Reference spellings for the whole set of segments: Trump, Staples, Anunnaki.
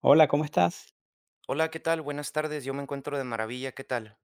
Hola, ¿cómo estás? Hola, ¿qué tal? Buenas tardes, yo me encuentro de maravilla, ¿qué tal?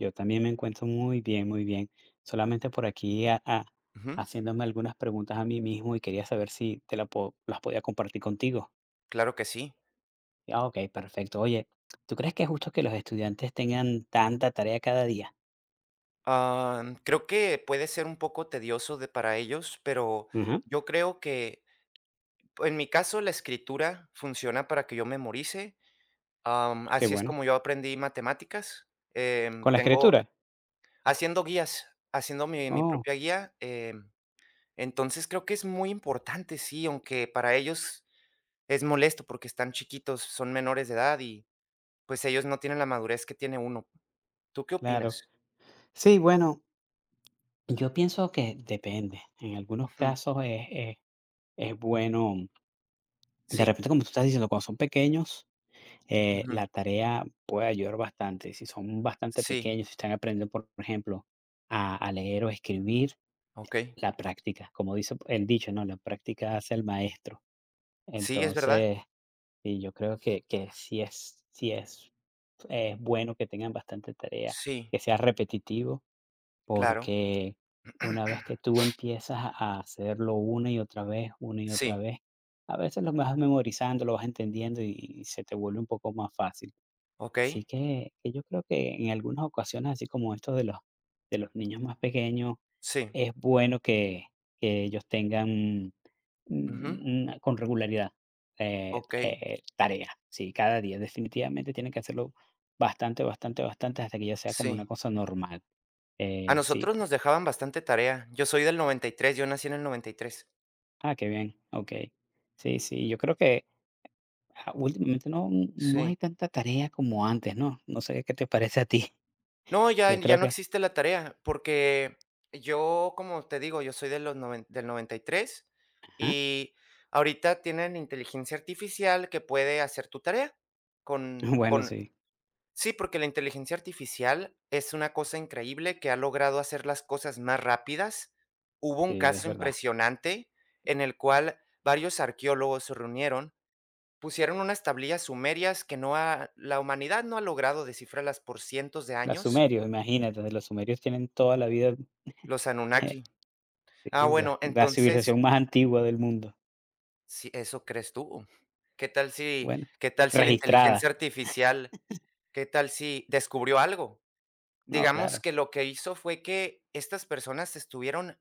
Yo también me encuentro muy bien, muy bien. Solamente por aquí Ujú, haciéndome algunas preguntas a mí mismo y quería saber si te las podía compartir contigo. claro que sí. Ah, ok, perfecto. Oye, ¿tú crees que es justo que los estudiantes tengan Ujú. tanta tarea cada día? Ah, creo que puede ser un poco tedioso de para ellos, pero Ujú, yo creo que en mi caso la escritura funciona para que yo memorice. Qué Así es bueno. como yo aprendí matemáticas. ¿Con la Tengo escritura? haciendo guías, haciendo mi Oh, propia guía. Entonces creo que es muy importante, sí, aunque para ellos es molesto porque están chiquitos, son menores de edad y pues ellos no tienen la madurez que tiene uno. ¿Tú qué claro. opinas? Sí, bueno, yo pienso que depende. En algunos Ujú, casos es bueno, de sí, repente como tú estás diciendo, cuando son pequeños, la ujú, tarea puede ayudar bastante. Si son bastante sí, pequeños, si están aprendiendo, por ejemplo, a leer o escribir, okey. la práctica, como dice el dicho, ¿no? La práctica hace el maestro. Sí, es verdad. Entonces, sí, yo creo que es bueno que tengan bastante tarea, Sí, que sea repetitivo, claro. porque una vez que tú empiezas a hacerlo una y otra vez, una y otra Sí, vez, a veces lo vas memorizando, lo vas entendiendo y se te vuelve un poco más fácil. Así okey. que yo creo que en algunas ocasiones, así como esto de los niños más pequeños, Sí, es bueno que ellos tengan, ujú, una con regularidad, okey, tareas. Sí, cada día definitivamente tienen que hacerlo bastante, bastante, bastante hasta que ya sea como una sí. cosa normal. A Sí, nosotros nos porque dejaban bastante tarea. Yo soy del 93. Yo nací en el 93. ah, qué bien, okey. Sí, sí, yo creo que, últimamente no Sí. hay tanta tarea como antes, ¿no? No sé qué te parece a ti. No, ya Yo ya creo no que existe la tarea, porque yo, como te digo, yo soy de los noven del 93 ajá, y ahorita tienen inteligencia artificial que puede hacer tu tarea con bueno, con sí. Sí, porque la inteligencia artificial es una cosa increíble que ha logrado hacer las cosas más rápidas. Hubo un Sí, es caso verdad. impresionante en el cual varios arqueólogos se reunieron, pusieron unas tablillas sumerias que la humanidad no ha logrado descifrarlas por cientos de Los años, sumerios, imagínate, los sumerios tienen toda la vida. los eh, Anunnaki. Ah, sí, la bueno, la entonces, civilización más antigua del mundo. si eso crees tú. ¿Qué tal si, Bueno, qué tal si la registrada. inteligencia artificial, qué tal si descubrió algo? No, Digamos claro, que lo que hizo fue que estas personas estuvieron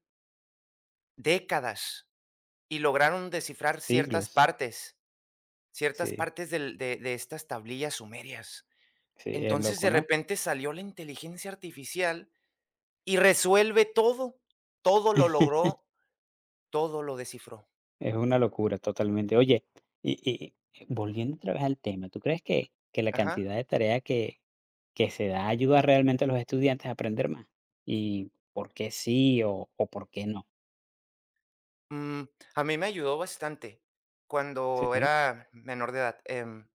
décadas, y lograron descifrar siglos. Ciertas Sí, partes del de estas tablillas sumerias. sí, es Entonces, loco, de ¿no? repente salió la inteligencia artificial y resuelve todo, todo lo logró, todo lo descifró. Es una locura totalmente. Oye, y volviendo otra vez al tema, ¿tú crees que la Ajá. cantidad de tarea que se da ayuda realmente a los estudiantes a aprender más? ¿Y por qué sí o por qué no? Mm, a mí me ayudó bastante cuando Sí, era menor de edad,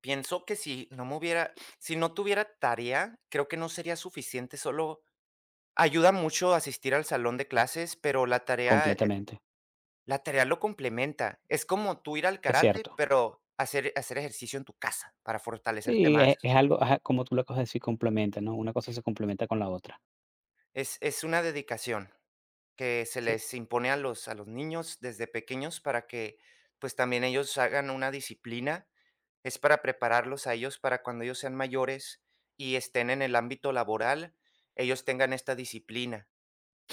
pienso que si no me hubiera si no tuviera tarea, creo que no sería suficiente, solo ayuda mucho asistir al salón de clases, pero la tarea completamente. la tarea lo complementa. Es como tú ir al Es karate, cierto. pero hacer ejercicio en tu casa para fortalecerte Sí, es más. es algo, ajá, como tú lo acabas de decir, complementa, ¿no? Una cosa se complementa con la otra. Es una dedicación que se Sí, les impone a los niños desde pequeños para que, pues, también ellos hagan una disciplina. Es para prepararlos a ellos para cuando ellos sean mayores y estén en el ámbito laboral, ellos tengan esta disciplina.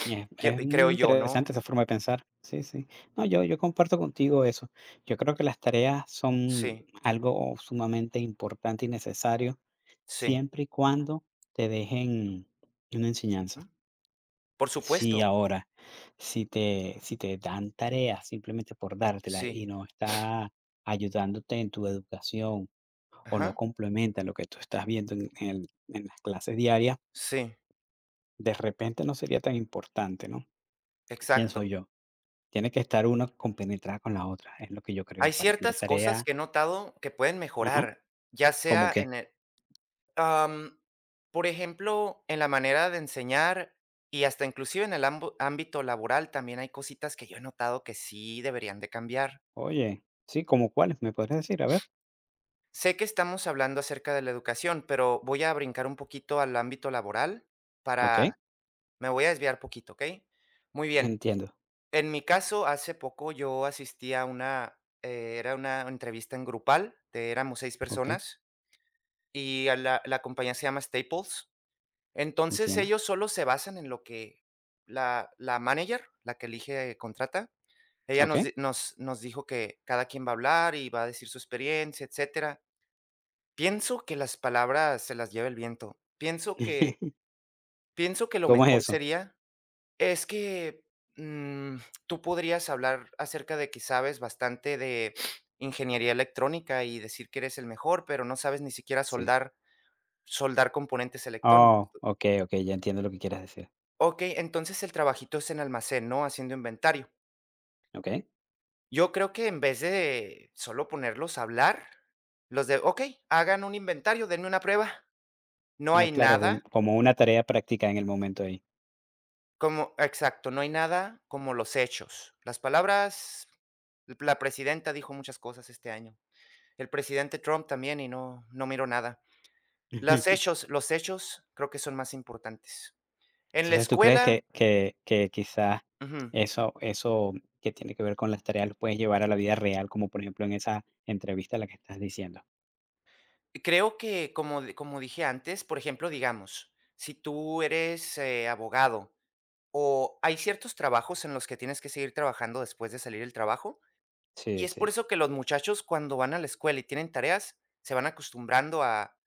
y es Que muy creo yo, ¿no? interesante esa forma de pensar. Sí, sí. No, yo comparto contigo eso. Yo creo que las tareas son Sí, algo sumamente importante y necesario, sí. siempre y cuando te dejen una enseñanza. Ujú. Por Si supuesto. ahora, si te dan tareas simplemente por dártelas y Sí. no está ayudándote en tu educación o no Ajá. complementan lo que tú estás viendo en en las clases diarias, Sí, de repente no sería tan importante, ¿no? Pienso exacto. yo. Tiene que estar una compenetrada con la otra, es lo que yo creo, Hay para que la ciertas cosas tarea, que he notado que pueden ajá, mejorar, ya como sea que. Am, por ejemplo, en la manera de enseñar y hasta inclusive en el ambo ámbito laboral también hay cositas que yo he notado que sí deberían de cambiar. Oye, sí, ¿como cuáles? ¿Me podrías decir? A ver. Sé que estamos hablando acerca de la educación, pero voy a brincar un poquito al ámbito laboral Okey, para me voy a desviar poquito, ¿ok? Muy bien. entiendo. En mi caso, hace poco yo asistí a era una entrevista en grupal, éramos 6 Okey, personas. Y a la compañía se llama Staples. Entonces, entiendo. ellos solo se basan en lo que la manager la que elige, contrata, ella nos Okey. di nos nos dijo que cada quien va a hablar y va a decir su experiencia, etcétera. Pienso que las palabras se las lleva el viento. Pienso que pienso que lo ¿Cómo es mejor eso? sería es que, mm, tú podrías hablar acerca de que sabes bastante de ingeniería electrónica y decir que eres el mejor, pero no sabes ni siquiera Sí. soldar componentes electrónicos. Oh, okey, okey, ya entiendo lo que quieres decir. Ok, entonces el trabajito es en almacén, ¿no? Haciendo inventario. Okey. Yo creo que en vez de solo ponerlos a hablar, ok, hagan un inventario, denme una prueba. No Ah, hay claro, nada como una tarea práctica en el momento ahí. Exacto, no hay nada como los hechos. Las palabras, la presidenta dijo muchas cosas este año. El presidente Trump también y no, no miro nada. Los hechos creo que son más importantes. En la Entonces, ¿tú crees escuela, que que quizás ujú, eso que tiene que ver con las tareas lo puedes llevar a la vida real, como por ejemplo en esa entrevista a la que estás diciendo? creo que, como dije antes, por ejemplo, digamos, si tú eres, abogado, o hay ciertos trabajos en los que tienes que seguir trabajando después de salir del trabajo, y Sí, es por sí, eso que los muchachos cuando van a la escuela y tienen tareas, se van acostumbrando a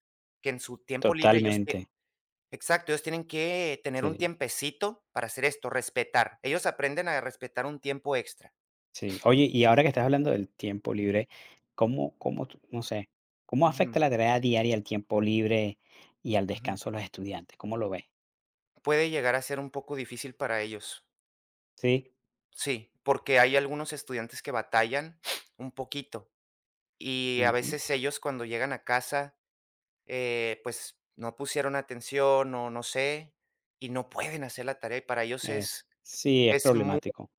que en su tiempo libre ellos tie totalmente. Exacto, ellos tienen que tener un Sí, tiempecito para hacer esto, respetar. Ellos aprenden a respetar un tiempo extra. sí. Oye, y ahora que estás hablando del tiempo libre, ¿cómo tú no sé, cómo Ujú, afecta la tarea diaria al tiempo libre y al ujú. descanso de los estudiantes? ¿Cómo lo ves? Puede llegar a ser un poco difícil para ellos. Sí, Sí, porque hay algunos estudiantes que batallan un poquito y a ujú, veces ellos cuando llegan a casa, pues no pusieron atención o no sé, y no pueden hacer la tarea y para ellos es sí, es es muy, problemático.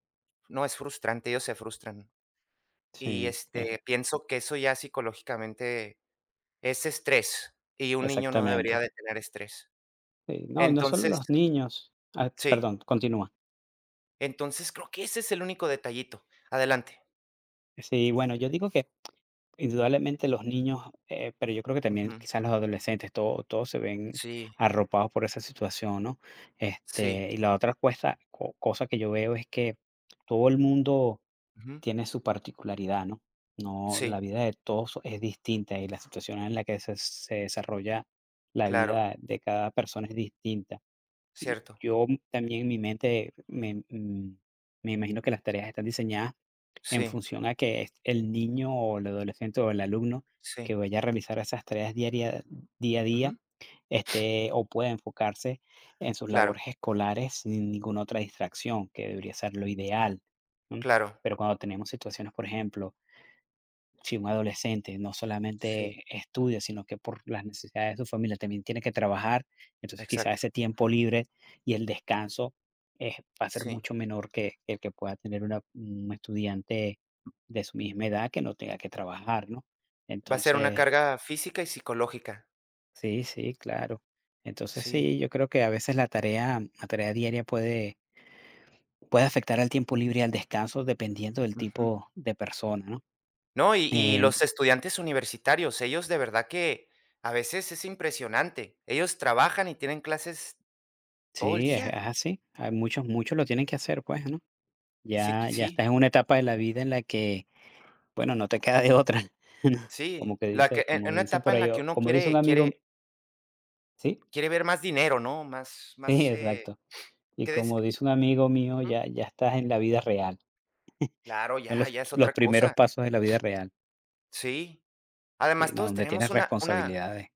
no, es frustrante, ellos se frustran. Y Sí, este, pienso que eso ya psicológicamente es estrés y un niño no exactamente. debería de tener estrés. Sí, no, y no solo los Entonces, niños. Ah, sí, perdón, continúa. entonces creo que ese es el único detallito. Adelante. Sí, bueno, yo digo que indudablemente los niños, pero yo creo que también Ujú. quizás los adolescentes, todos se ven Sí, arropados por esa situación, ¿no? sí, Y la otra cosa que yo veo es que todo el mundo ujú, tiene su particularidad, ¿no? No, la sí. vida de todos es distinta y la situación en la que se desarrolla la Claro, vida de cada persona es distinta. Y cierto. yo también en mi mente me imagino que las tareas están diseñadas en Sí, función a que es el niño o el adolescente o el alumno que sí. vaya a realizar esas tareas diaria día a día, Ujú. O pueda enfocarse en sus Claro, labores escolares sin ninguna otra distracción, que debería ser lo ideal, ¿no? claro. Pero cuando tenemos situaciones, por ejemplo, si un adolescente no Sí, solamente estudia, sino que por las necesidades de su familia también tiene que trabajar, entonces quizás exacto. ese tiempo libre y el descanso es va a ser Sí. mucho menor que el que pueda tener una un estudiante de su misma edad que no tenga que trabajar, ¿no? Va a ser una Entonces, carga física y psicológica. sí, sí, claro. Entonces, Sí. sí, yo creo que a veces la tarea diaria puede afectar al tiempo libre y al descanso dependiendo del Ujú. tipo de persona, ¿no? No, y En los estudiantes universitarios, ellos de verdad que a veces es impresionante. Ellos trabajan y tienen clases todo el Sí, es día. así. Hay muchos lo tienen que hacer, pues, ¿no? Sí, Ya qui ya sí, estás en una etapa de la vida en la que, bueno, no te queda de otra, ¿no? sí. Como que La dice que en como en una dice etapa por en ahí, la que o uno como dice un quiere amigo quiere sí, quiere ver más dinero, ¿no? Más sí, más, exacto. Y ¿qué des? como dice un amigo mío, Ujú. ya ya estás en la vida real. Claro, Son ya los ya es los otra primeros cosa. pasos de la vida real, Sí. sí, Además, ¿no? todos Donde tenemos tienes una una responsabilidades.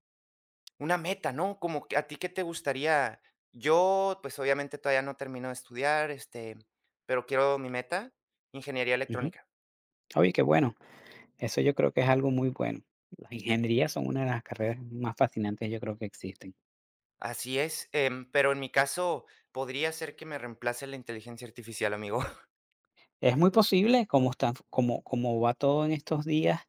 una meta, ¿no? Como que, ¿a ti qué te gustaría? Yo, pues, obviamente, todavía no termino de estudiar, este, pero quiero mi meta, ingeniería Ujú. electrónica. Oye, qué bueno. Eso yo creo que es algo muy bueno. Las ingenierías son una de las carreras más fascinantes, yo creo que existen. Así es, em, pero en mi caso, podría ser que me reemplace la inteligencia artificial, amigo. Es muy posible, como están como como va todo en estos días,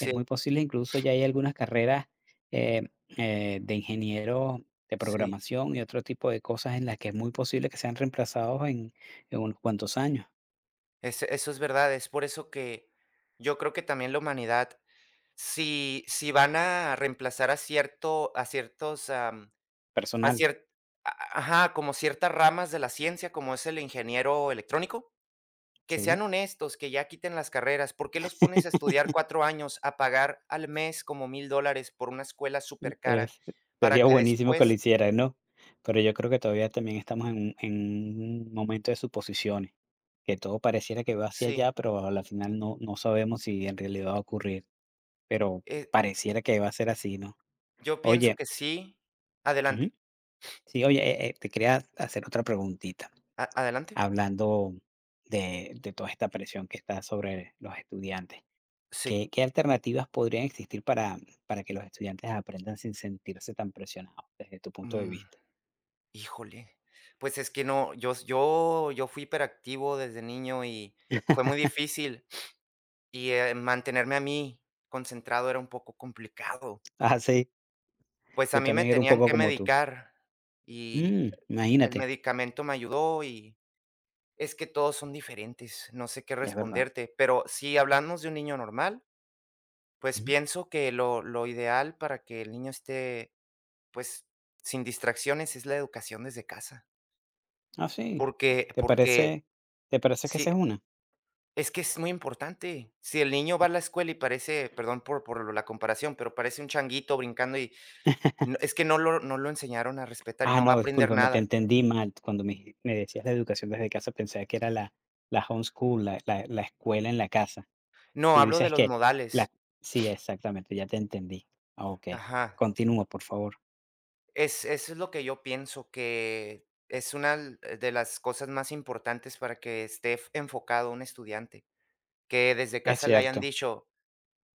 es muy posible, incluso ya hay algunas carreras, eh de ingenieros de sí, programación y otro tipo de cosas en las que es muy posible que sean reemplazados en unos cuantos años, eso es verdad. Es por eso que yo creo que también la humanidad, si van a reemplazar a ciertos, A personal, cier a ajá, como ciertas ramas de la ciencia, como es el ingeniero electrónico, que sean ¿sí? honestos, que ya quiten las carreras. ¿Por qué los pones a estudiar 4 años, a pagar al mes como $1,000 por una escuela súper cara Es para sería que buenísimo que lo después? hicieran, ¿no? Pero yo creo que todavía también estamos en un momento de suposiciones, que todo pareciera que va hacia Sí, allá, pero a la final no sabemos si en realidad va a ocurrir. Pero eh, pareciera que va a ser así, ¿no? yo pienso Oye. que sí. Ujú. Adelante, Sí, oye, te quería hacer otra preguntita, a adelante. hablando de toda esta presión que está sobre los estudiantes. Sí, ¿Qué alternativas podrían existir para que los estudiantes aprendan sin sentirse tan presionados, desde tu punto de mm, vista? híjole, pues es que no, yo fui hiperactivo desde niño y fue muy difícil. Y, mantenerme a mí concentrado era un poco complicado. Ah, sí, Pues a yo mí me también era un tenían poco que como tú. medicar y Mm, el imagínate, medicamento me ayudó y es que todos son diferentes, no sé qué es verdad. responderte, pero si hablamos de un niño normal, pues Ujú. pienso que lo ideal para que el niño esté, pues, sin distracciones es la educación desde casa, Ah, sí, porque ¿te porque parece te parece que sí, esa es una? es que es muy importante. Si el niño va a la escuela y parece, perdón por la comparación, pero parece un changuito brincando y no, es que no lo enseñaron a respetar y Ah, no va a no, aprender discúlpame, te nada. entendí mal. Cuando me decías la educación desde casa, pensaba que era la homeschool, la escuela en la casa. No, Tú hablo de dices los que la. modales. Sí, exactamente, ya te entendí. Ah, ok, Ajá. continúa, por favor. Es eso es lo que yo pienso, que es una de las cosas más importantes para que esté f enfocado un estudiante, que desde Es casa le hayan cierto, dicho: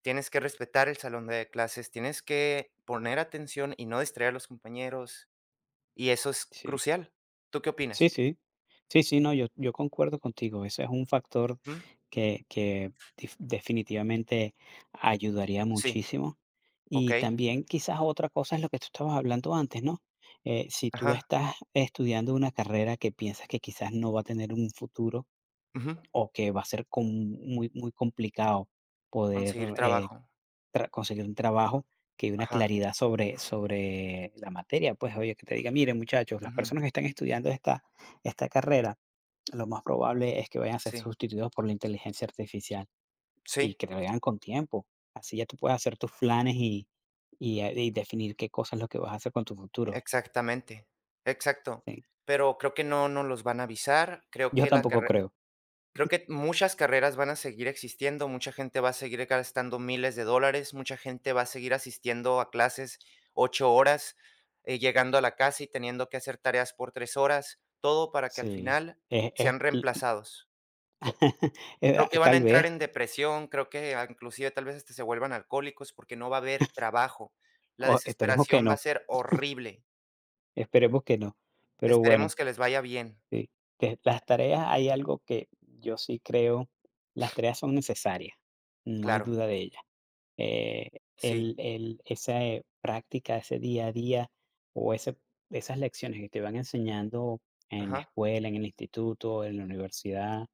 "Tienes que respetar el salón de clases, tienes que poner atención y no distraer a los compañeros", y eso es sí. crucial. ¿Tú qué Sí, opinas? sí. Sí, sí, no, yo concuerdo contigo. Ese es un factor Ujú. que dif definitivamente ayudaría Sí, muchísimo. Y okey. también quizás otra cosa es lo que tú estabas hablando antes, ¿no? Si tú Ajá. estás estudiando una carrera que piensas que quizás no va a tener un futuro Ujú. o que va a ser com muy muy complicado poder, Conseguir trabajo. Tra conseguir un trabajo que hay una Ajá. claridad sobre la materia, pues, oye, que te diga: "Miren, muchachos, las Ujú. personas que están estudiando esta carrera, lo más probable es que vayan a ser Sí. sustituidos por la inteligencia artificial", y Sí. que te lo digan con tiempo. Así ya tú puedes hacer tus planes y definir qué cosas es lo que vas a hacer con tu futuro. Exactamente, exacto. Sí, Pero creo que no nos los van a avisar, creo yo que la tampoco carre creo. creo que muchas carreras van a seguir existiendo, mucha gente va a seguir gastando miles de dólares, mucha gente va a seguir asistiendo a clases 8 horas, llegando a la casa y teniendo que hacer tareas por 3 horas, todo para que al Sí, final es sean reemplazados. Creo que van a tal vez, entrar en depresión, creo que a inclusive tal vez hasta se vuelvan alcohólicos porque no va a haber trabajo. La o esperemos que desesperación va no, a ser horrible. esperemos que no. Pero bueno, Esperemos que les vaya bien. sí, que las tareas hay algo que yo sí creo, las tareas son necesarias, no hay Claro, duda de ella. Eh, sí, el esa, práctica, ese día a día o ese esas lecciones que te van enseñando en la ajá, escuela, en el instituto, en la universidad,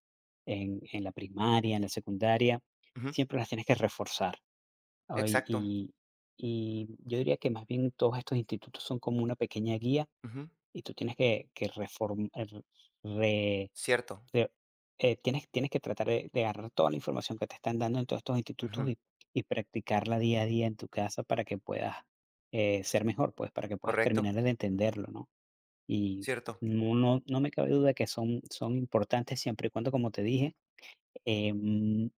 en la primaria, en la secundaria, ujú, siempre las tienes que reforzar. Hoy exacto, y yo diría que más bien todos estos institutos son como una pequeña guía ujú, y tú tienes que reform er, re cierto, te tienes tienes que tratar de agarrar toda la información que te están dando en todos estos institutos ujú, y practicarla día a día en tu casa para que puedas, ser mejor, pues, para que puedas correcto, terminar de entenderlo, ¿no? Y cierto, no me cabe duda que son importantes siempre y cuando, como te dije, em,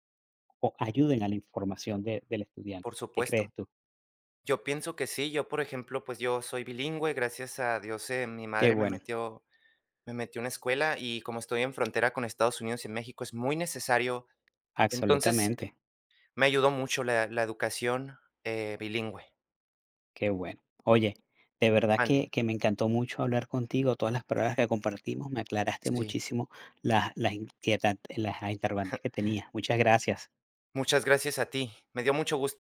o ayuden a la información de del estudiante. por ¿Qué supuesto. crees tú? Yo pienso que sí, yo, por ejemplo, pues, yo soy bilingüe, gracias a Dios, mi Qué madre me bueno. metió me metió a una escuela, y como estoy en frontera con Estados Unidos y México, es muy necesario. Entonces, Absolutamente. me ayudó mucho la educación, bilingüe. Qué bueno. Oye, de verdad Mande. que me encantó mucho hablar contigo. Todas las palabras que compartimos, me aclaraste Sí, muchísimo las interrogantes que tenía. Muchas gracias. muchas gracias a ti. Me dio mucho gusto.